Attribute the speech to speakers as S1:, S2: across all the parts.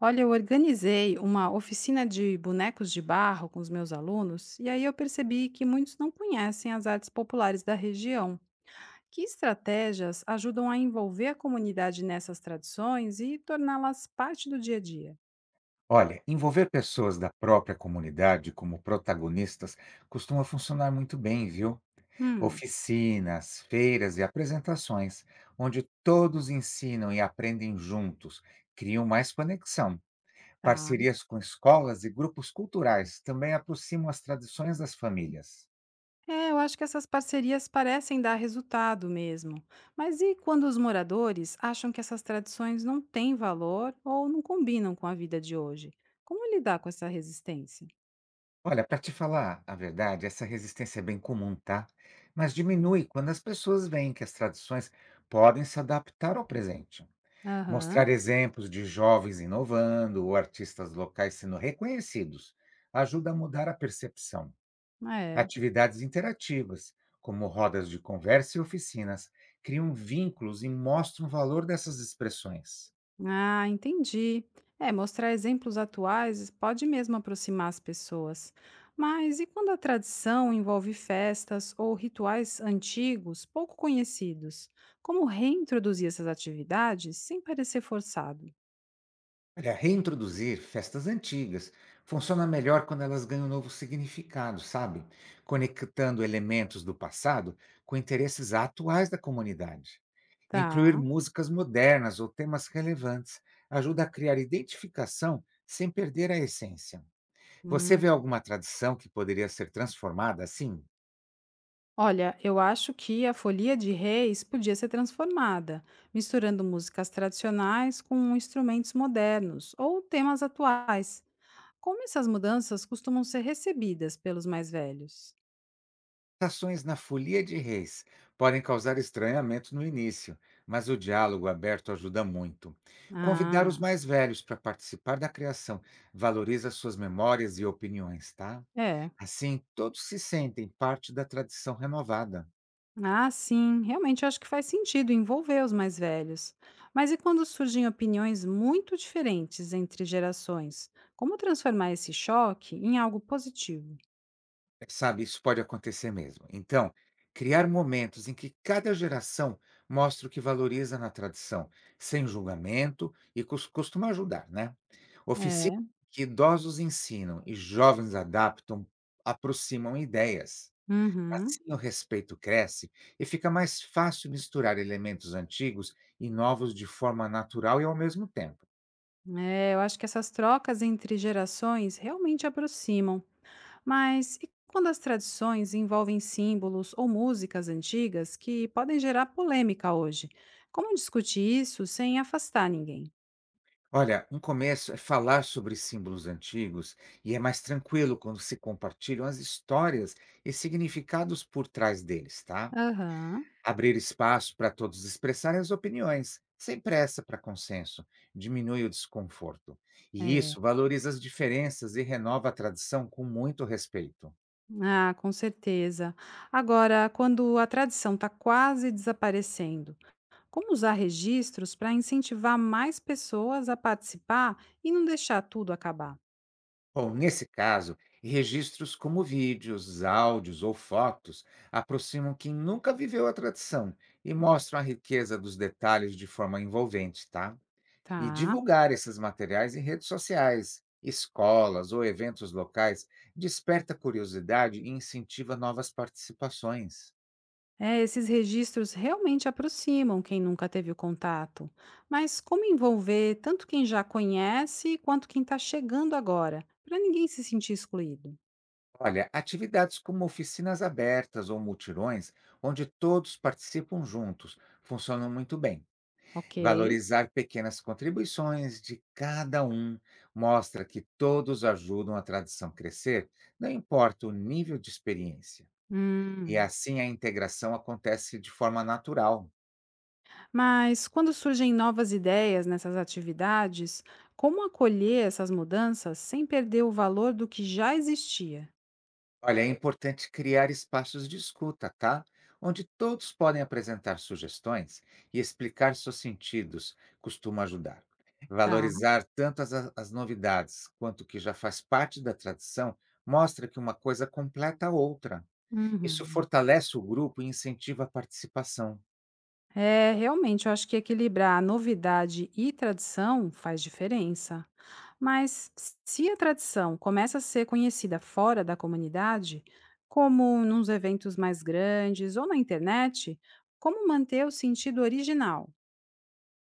S1: Olha, eu organizei uma oficina de bonecos de barro com os meus alunos, e aí eu percebi que muitos não conhecem as artes populares da região. Que estratégias ajudam a envolver a comunidade nessas tradições e torná-las parte do dia a dia?
S2: Olha, envolver pessoas da própria comunidade como protagonistas costuma funcionar muito bem, viu?
S1: Hum,
S2: Oficinas, feiras e apresentações, onde todos ensinam e aprendem juntos, criam mais conexão.
S1: tá.
S2: Parcerias com escolas e grupos culturais também aproximam as tradições das famílias.
S1: É, eu acho que essas parcerias parecem dar resultado mesmo. Mas e quando os moradores acham que essas tradições não têm valor ou não combinam com a vida de hoje? Como lidar com essa resistência?
S2: Olha, para te falar a verdade, essa resistência é bem comum, tá? Mas diminui quando as pessoas veem que as tradições podem se adaptar ao presente.
S1: Aham,
S2: Mostrar exemplos de jovens inovando ou artistas locais sendo reconhecidos ajuda a mudar a percepção.
S1: é.
S2: Atividades interativas, como rodas de conversa e oficinas, criam vínculos e mostram o valor dessas expressões.
S1: Ah, entendi. É, mostrar exemplos atuais pode mesmo aproximar as pessoas. Mas e quando a tradição envolve festas ou rituais antigos, pouco conhecidos? Como reintroduzir essas atividades sem parecer forçado?
S2: Olha, reintroduzir festas antigas funciona melhor quando elas ganham novo significado, sabe? Conectando elementos do passado com interesses atuais da comunidade. Incluir
S1: Tá.
S2: músicas modernas ou temas relevantes ajuda a criar identificação sem perder a essência. Você vê
S1: Hum.
S2: alguma tradição que poderia ser transformada assim?
S1: Olha, eu acho que a Folia de Reis podia ser transformada, misturando músicas tradicionais com instrumentos modernos ou temas atuais. Como essas mudanças costumam ser recebidas pelos mais velhos?
S2: Ações na folia de reis podem causar estranhamento no início, mas o diálogo aberto ajuda muito. Convidar os
S1: Ah,
S2: mais velhos para participar da criação valoriza suas memórias e opiniões, tá?
S1: é.
S2: Assim, todos se sentem parte da tradição renovada.
S1: Ah, sim, realmente eu acho que faz sentido envolver os mais velhos. Mas e quando surgem opiniões muito diferentes entre gerações? Como transformar esse choque em algo positivo?
S2: É, sabe, isso pode acontecer mesmo. Então, criar momentos em que cada geração mostra o que valoriza na tradição, sem julgamento, e costuma ajudar, né? Oficinas
S1: É.
S2: que idosos ensinam e jovens adaptam, aproximam ideias.
S1: Uhum.
S2: Assim, o respeito cresce e fica mais fácil misturar elementos antigos e novos de forma natural e ao mesmo tempo.
S1: É, eu acho que essas trocas entre gerações realmente aproximam. Mas e quando as tradições envolvem símbolos ou músicas antigas que podem gerar polêmica hoje? Como discutir isso sem afastar ninguém?
S2: Olha, um começo é falar sobre símbolos antigos e é mais tranquilo quando se compartilham as histórias e significados por trás deles, tá?
S1: Aham.
S2: Abrir espaço para todos expressarem as opiniões, sem pressa para consenso, diminui o desconforto. E
S1: É.
S2: isso valoriza as diferenças e renova a tradição com muito respeito.
S1: Ah, com certeza. Agora, quando a tradição está quase desaparecendo, como usar registros para incentivar mais pessoas a participar e não deixar tudo acabar?
S2: Bom, nesse caso, registros como vídeos, áudios ou fotos aproximam quem nunca viveu a tradição e mostram a riqueza dos detalhes de forma envolvente, tá? E
S1: Tá.
S2: divulgar esses materiais em redes sociais, escolas ou eventos locais desperta curiosidade e incentiva novas participações.
S1: É, esses registros realmente aproximam quem nunca teve o contato. Mas como envolver tanto quem já conhece quanto quem está chegando agora, para ninguém se sentir excluído?
S2: Olha, atividades como oficinas abertas ou mutirões, onde todos participam juntos, funcionam muito bem.
S1: Ok.
S2: Valorizar pequenas contribuições de cada um mostra que todos ajudam a tradição crescer, não importa o nível de experiência. E
S1: Hum.
S2: assim a integração acontece de forma natural.
S1: Mas quando surgem novas ideias nessas atividades, como acolher essas mudanças sem perder o valor do que já existia?
S2: Olha, é importante criar espaços de escuta, tá? Onde todos podem apresentar sugestões e explicar seus sentidos, costuma ajudar.
S1: Tá.
S2: Valorizar tanto as novidades quanto o que já faz parte da tradição mostra que uma coisa completa a outra. Isso
S1: Uhum.
S2: fortalece o grupo e incentiva a participação.
S1: É, realmente, eu acho que equilibrar novidade e tradição faz diferença. Mas se a tradição começa a ser conhecida fora da comunidade, como nos eventos mais grandes ou na internet, como manter o sentido original?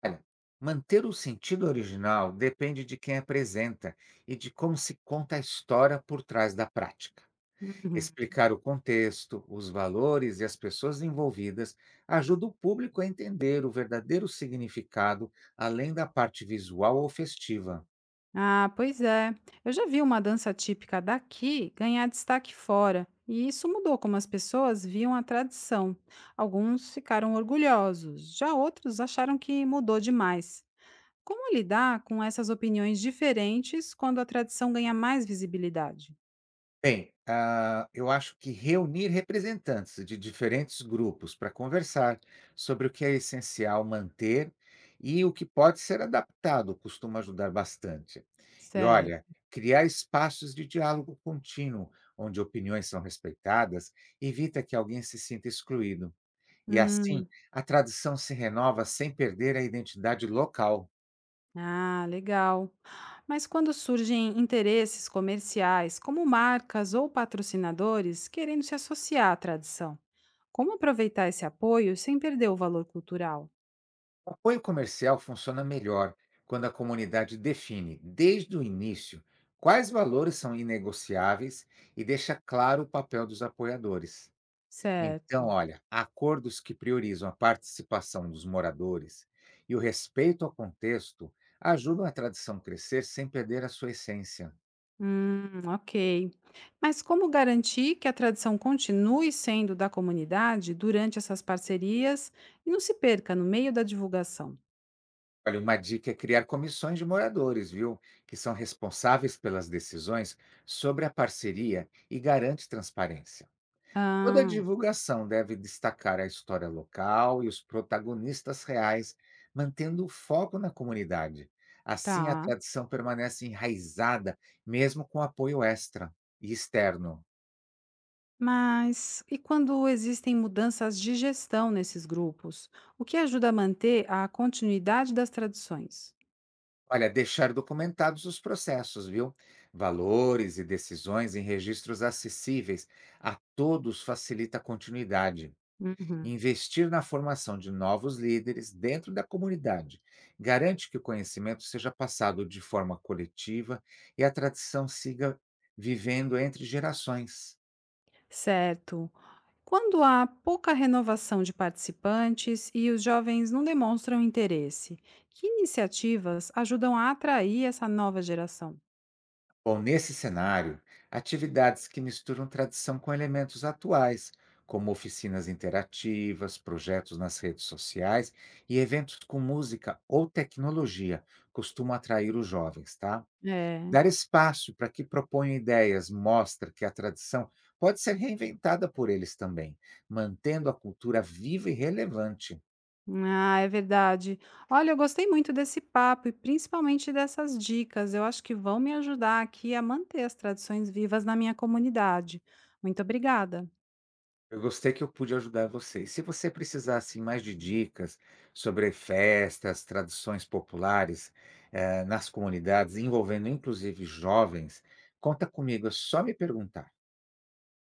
S2: Olha, manter o sentido original depende de quem apresenta e de como se conta a história por trás da prática.
S1: Uhum.
S2: Explicar o contexto, os valores e as pessoas envolvidas ajuda o público a entender o verdadeiro significado, além da parte visual ou festiva.
S1: Ah, pois é. Eu já vi uma dança típica daqui ganhar destaque fora, e isso mudou como as pessoas viam a tradição. Alguns ficaram orgulhosos, já outros acharam que mudou demais. Como lidar com essas opiniões diferentes quando a tradição ganha mais visibilidade?
S2: Bem, eu acho que reunir representantes de diferentes grupos para conversar sobre o que é essencial manter e o que pode ser adaptado costuma ajudar bastante. E olha,
S1: Certo.
S2: criar espaços de diálogo contínuo, onde opiniões são respeitadas, evita que alguém se sinta excluído. E assim,
S1: Hum,
S2: a tradição se renova sem perder a identidade local.
S1: ah, legal. Mas quando surgem interesses comerciais, como marcas ou patrocinadores querendo se associar à tradição, como aproveitar esse apoio sem perder o valor cultural?
S2: O apoio comercial funciona melhor quando a comunidade define, desde o início, quais valores são inegociáveis e deixa claro o papel dos apoiadores.
S1: Certo.
S2: Então, olha, acordos que priorizam a participação dos moradores e o respeito ao contexto ajudam a tradição crescer sem perder a sua essência.
S1: Ok. Mas como garantir que a tradição continue sendo da comunidade durante essas parcerias e não se perca no meio da divulgação?
S2: Olha, uma dica é criar comissões de moradores, viu? Que são responsáveis pelas decisões sobre a parceria e garante transparência. Toda
S1: Ah,
S2: divulgação deve destacar a história local e os protagonistas reais, mantendo o foco na comunidade. Assim, a
S1: tá.
S2: tradição permanece enraizada, mesmo com apoio extra e externo.
S1: Mas e quando existem mudanças de gestão nesses grupos? O que ajuda a manter a continuidade das tradições?
S2: Olha, deixar documentados os processos, viu? Valores e decisões em registros acessíveis a todos facilita a continuidade.
S1: Uhum.
S2: Investir na formação de novos líderes dentro da comunidade garante que o conhecimento seja passado de forma coletiva e a tradição siga vivendo entre gerações.
S1: Certo. Quando há pouca renovação de participantes e os jovens não demonstram interesse, que iniciativas ajudam a atrair essa nova geração?
S2: Ou, nesse cenário, atividades que misturam tradição com elementos atuais, como oficinas interativas, projetos nas redes sociais e eventos com música ou tecnologia, costumam atrair os jovens, tá?
S1: É.
S2: Dar espaço para que proponham ideias mostra que a tradição pode ser reinventada por eles também, mantendo a cultura viva e relevante.
S1: Ah, é verdade. Olha, eu gostei muito desse papo e principalmente dessas dicas. Eu acho que vão me ajudar aqui a manter as tradições vivas na minha comunidade. Muito obrigada.
S2: Eu gostei que eu pude ajudar vocês. Se você precisar assim, mais de dicas sobre festas, tradições populares nas comunidades, envolvendo inclusive jovens, conta comigo, é só me perguntar.